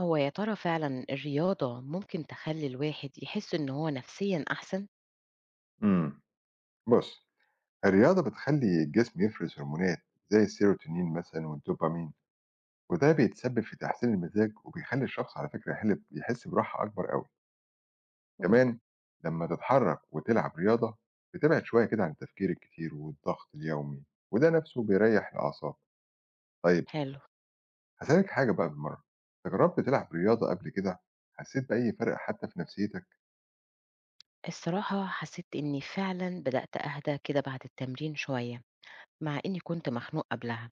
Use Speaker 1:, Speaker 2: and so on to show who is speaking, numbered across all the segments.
Speaker 1: هو يا ترى فعلًا الرياضة ممكن تخلّي الواحد يحس إن هو نفسيًا أحسن؟
Speaker 2: إمم، بُص. الرياضة بتخلّي الجسم يفرز هرمونات زي السيروتونين مثلًا والدوبامين، وده بيتسبب في تحسين المزاج وبيخلّي الشخص على فكرة يحس براحة أكبر أوي.
Speaker 1: إمم.
Speaker 2: كمان لمّا تتحرك وتلعب رياضة بتبعد شوية كده عن التفكير الكتير والضغط اليومي، وده نفسه بيريّح الأعصاب. طيب
Speaker 1: حلو.
Speaker 2: هاسألِك حاجة بقى بالمرّة، أنت جرّبت تلعب رياضة قبل كده؟ حسيت بأي فرق حتى في نفسيتك؟
Speaker 1: الصراحة حسيت إني فعلًا بدأت أهدى كده بعد التمرين شوية، مع إني كنت مخنوق قبلها.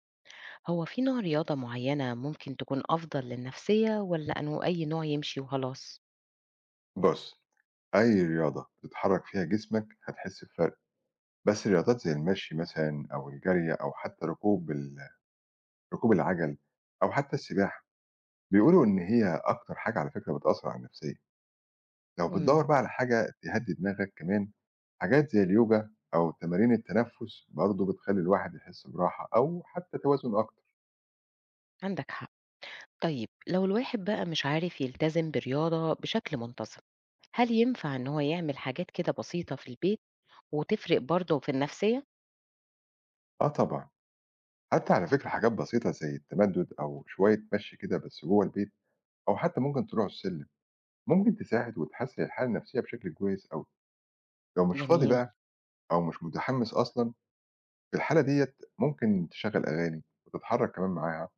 Speaker 1: هو في نوع رياضة معينة ممكن تكون أفضل للنفسية والّا إنه أي نوع يمشي وخلاص؟
Speaker 2: بُص، أي رياضة بتتحرك فيها جسمك هتحس بفرق. بس الرياضات زي المشي مثلًا أو الجري أو حتى ركوب العَجَل أو حتى السباحة، بيقولوا إن هي أكتر حاجة على فكرة بتأثّر على النفسية. لو
Speaker 1: إمم،
Speaker 2: بتدوّر بقى على حاجة تهدّي دماغك كمان، حاجات زي اليوجا أو تمارين التنفُّس برضه بتخلّي الواحد يحس براحة أو حتى توازن أكتر.
Speaker 1: عندك حق. طيب لو الواحد بقى مش عارف يلتزم برياضة بشكل منتظم، هل ينفع إن هو يعمل حاجات كده بسيطة في البيت وتفرق برضه في النفسية؟
Speaker 2: آه طبعًا، حتى على فكرة حاجات بسيطة زي التمدُّد أو شوية مشي كده بس جوّه البيت أو حتى ممكن تروح السلِّم، ممكن تساعد وتحسّن الحالة النفسية بشكل كويس أوي. لو مش فاضي
Speaker 1: جميل،
Speaker 2: بقى أو مش متحمّس أصلًا، في الحالة ديّة ممكن تشغّل أغاني وتتحرّك كمان معاها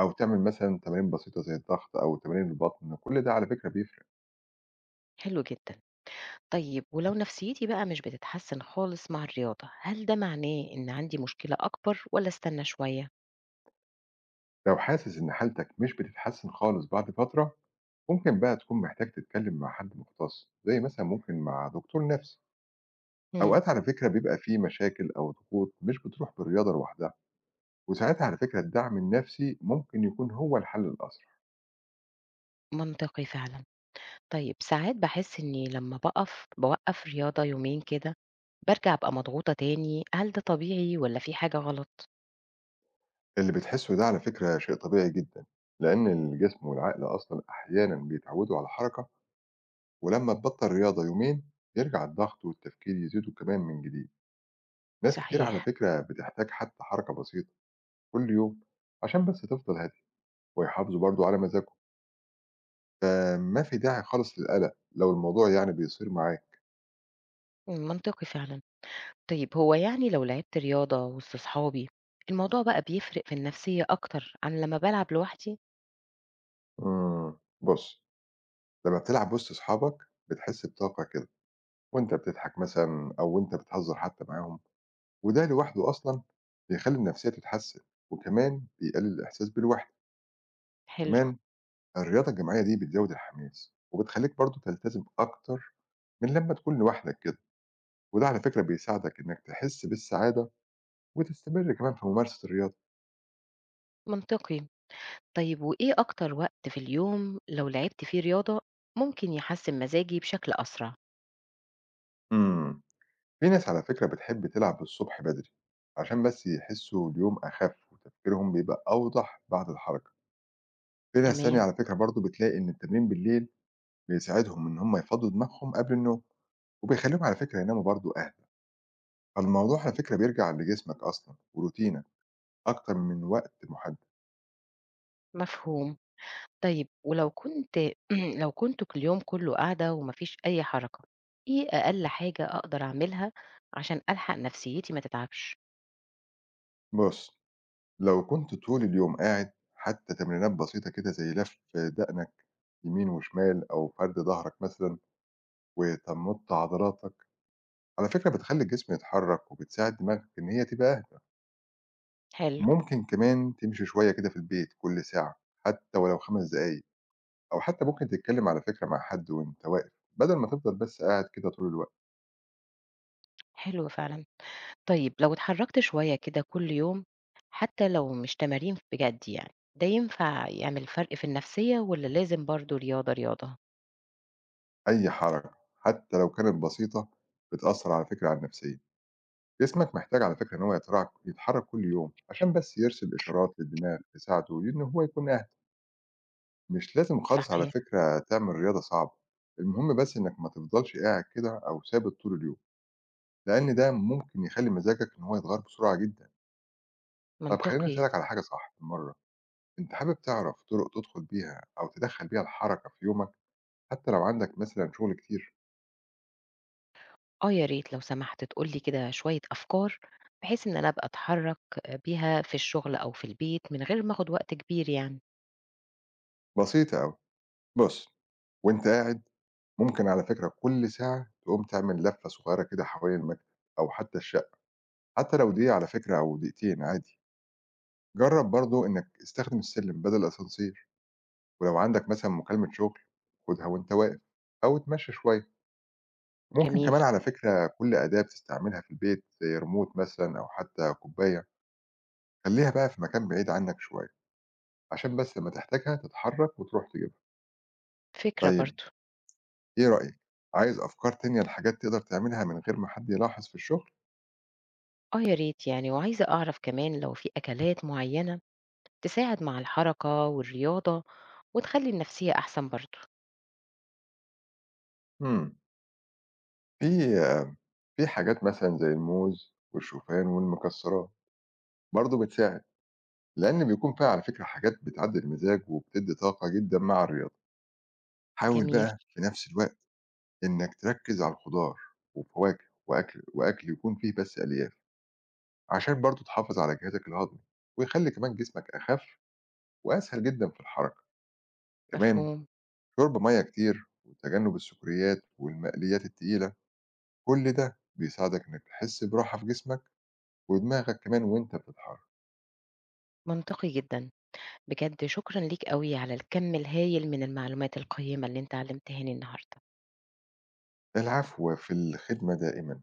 Speaker 2: أو تعمل مثلًا تمارين بسيطة زي الضغط أو تمارين البطن، كل ده على فكرة بيفرق.
Speaker 1: حلو جدًا. طيب ولو نفسيتي بقى مش بتتحسن خالص مع الرياضة هل ده معناه إن عندي مشكلة أكبر ولا استنى شوية؟
Speaker 2: لو حاسس إن حالتك مش بتتحسّن خالص بعد فترة، ممكن بقى تكون محتاج تتكلّم مع حد مختص، زي مثلًا ممكن مع دكتور نَفْسي.
Speaker 1: مم.
Speaker 2: أوقات على فكرة بيبقى في مشاكل أو ضغوط مش بتروح بالرياضة لوحدها، وساعتها على فكرة الدعم النَفْسي ممكن يكون هو الحل الأسرع.
Speaker 1: منطقي فعلا. طيب ساعات بحس إني لما بقف بوقف رياضة يومين كده برجع أبقى مضغوطة تاني، هل ده طبيعي ولا في حاجة غلط؟
Speaker 2: اللي بتحسّه ده على فكرة شيء طبيعي جدًا، لإن الجسم والعقل أصلًا أحيانًا بيتعوّدوا على الحركة، ولمّا تبطّل رياضة يومين، بيرجع الضغط والتفكير يزيدوا كمان من جديد. ناس كتير على
Speaker 1: صحيح.
Speaker 2: فكرة بتحتاج حتى حركة بسيطة كل يوم عشان بس تفضل هادية ويحافظوا برضه على مزاجهم، فما في داعي خالص للقلق لو الموضوع يعني بيصير معاك.
Speaker 1: مم، منطقي فعلا. طيب هو يعني لو لعبت رياضة وسط صحابي الموضوع بقى بيفرق في النفسية أكتر عن لما بلعب لوحدي؟
Speaker 2: بُص، لمّا بتلعب وسط أصحابك بتحس بطاقة كده وأنت بتضحك مثلًا أو وأنت بتهزر حتى معاهم، وده لوحده أصلًا بيخلّي النفسية تتحسن وكمان بيقلل الإحساس بالوحدة.
Speaker 1: حلو.
Speaker 2: كمان الرياضة الجماعية دي بتزود الحماس وبتخليك برضه تلتزم أكتر من لما تكون لوحدك كده، وده على فكرة بيساعدك إنك تحس بالسعادة وتستمر كمان في ممارسة الرياضة.
Speaker 1: منطقي. طيب وإيه أكتر وقت في اليوم لو لعبت فيه رياضة ممكن يحسن مزاجي بشكل أسرع؟
Speaker 2: امم في ناس على فكرة بتحب تلعب الصبح بدري عشان بس يحسوا اليوم أخف وتفكيرهم بيبقى أوضح بعد الحركة. في ناس تانية
Speaker 1: تمام.
Speaker 2: على فكرة برضه بتلاقي إن التمرين بالليل بيساعدهم إن هم يفضوا دماغهم قبل النوم، وبيخليهم على فكرة يناموا برضو أهدى. فالموضوع على فكرة بيرجع لجسمك أصلا وروتينك أكتر من وقت محدد.
Speaker 1: مفهوم. طيب ولو كنت لو كنت كل يوم كله قاعدة ومفيش أي حركة، إيه أقل حاجة أقدر أعملها عشان ألحق نفسيتي ما تتعبش؟
Speaker 2: بص، لو كنت طول اليوم قاعد، حتى تمرينات بسيطة كده زي لف دقنك يمين وشمال أو فرد ظهرك مثلا وتمط عضلاتك، على فكرة بتخلي الجسم يتحرك وبتساعد دماغك إن هي تبقى أهدى.
Speaker 1: حلو.
Speaker 2: ممكن كمان تمشي شوية كده في البيت كل ساعة، حتى ولو 5 دقايق، أو حتى ممكن تتكلم على فكرة مع حد وأنت واقف بدل ما تفضل بس قاعد كده طول الوقت.
Speaker 1: حلو فعلا. طيب لو اتحركت شوية كده كل يوم، حتى لو مش تمارين بجد يعني، ده ينفع يعمل فرق في النفسية ولا لازم برضو رياضة رياضة؟
Speaker 2: أي حركة، حتى لو كانت بسيطة، بتأثر على فكرة على النفسية. جسمك محتاج على فكرة إن هو يتحرك كل يوم عشان بس يرسل إشارات للدماغ تساعده إن هو يكون أهدى. مش لازم خالص على
Speaker 1: صحيح.
Speaker 2: فكرة تعمل رياضة صعبة. المهم بس إنك ما تفضلش قاعد كده أو ثابت طول اليوم، لأن ده ممكن يخلي مزاجك إن هو يتغير بسرعة جدا. طب خليني
Speaker 1: منطقي.
Speaker 2: أسألك على حاجة صح المرة، أنت حابب تعرف طرق تدخل بيها أو تدخل بيها الحركة في يومك حتى لو عندك مثلا شغل كتير؟
Speaker 1: آه يا ريت لو سمحت تقول لي كده شوية أفكار، بحيث إن أنا أبقى أتحرّك بيها في الشغل أو في البيت من غير ما آخُد وقت كبير يعني.
Speaker 2: بسيطة أوي. بص، وأنت قاعد ممكن على فكرة كل ساعة تقوم تعمل لفة صغيرة كده حوالين المكتب أو حتى الشقة، حتى لو دقيقة على فكرة أو دقيقتين عادي. جرّب برضه إنك استخدم السلِّم بدل الأسانسير، ولو عندك مثلًا مكالمة شغل خُدها وأنت واقف أو اتمشى شوية. ممكن
Speaker 1: جميل.
Speaker 2: كمان على فكرة كل أداة بتستعملها في البيت زي ريموت مثلًا أو حتى كوباية، خلّيها بقى في مكان بعيد عنك شوية، عشان بس لمّا تحتاجها تتحرّك وتروح تجيبها.
Speaker 1: فكرة
Speaker 2: طيب
Speaker 1: برضه.
Speaker 2: إيه رأيك، عايز أفكار تانية لحاجات تقدر تعملها من غير ما حد يلاحظ في الشغل؟
Speaker 1: آه يا ريت يعني، وعايزة أعرف كمان لو في أكلات معيّنة تساعد مع الحركة والرياضة وتخلّي النفسية أحسن برضه.
Speaker 2: إمم، في في حاجات مثلًا زي الموز والشوفان والمكسرات برضه بتساعد، لأن بيكون فيها على فكرة حاجات بتعدّل المزاج وبتدّي طاقة جدًا مع الرياضة. حاول
Speaker 1: جميل،
Speaker 2: بقى في نفس الوقت إنّك تركّز على الخضار وفواكه وأكل يكون فيه بس ألياف، عشان برضه تحافظ على جهازك الهضمي ويخلّي كمان جسمك أخَف وأسهل جدًا في الحركة. كمان،
Speaker 1: مفهوم،
Speaker 2: شُرب مَيّة كتير وتجنُّب السكريات والمقليات التقيلة، كل ده بيساعدك إنّك تحس براحة في جسمك ودماغك كمان وأنت بتتحرّك.
Speaker 1: منطقي جدًا. بجد شكرًا ليك أوي على الكَم الهايل من المعلومات القيّمة اللي أنت علّمتهاني النهارده.
Speaker 2: العفو، في الخدمة دائمًا.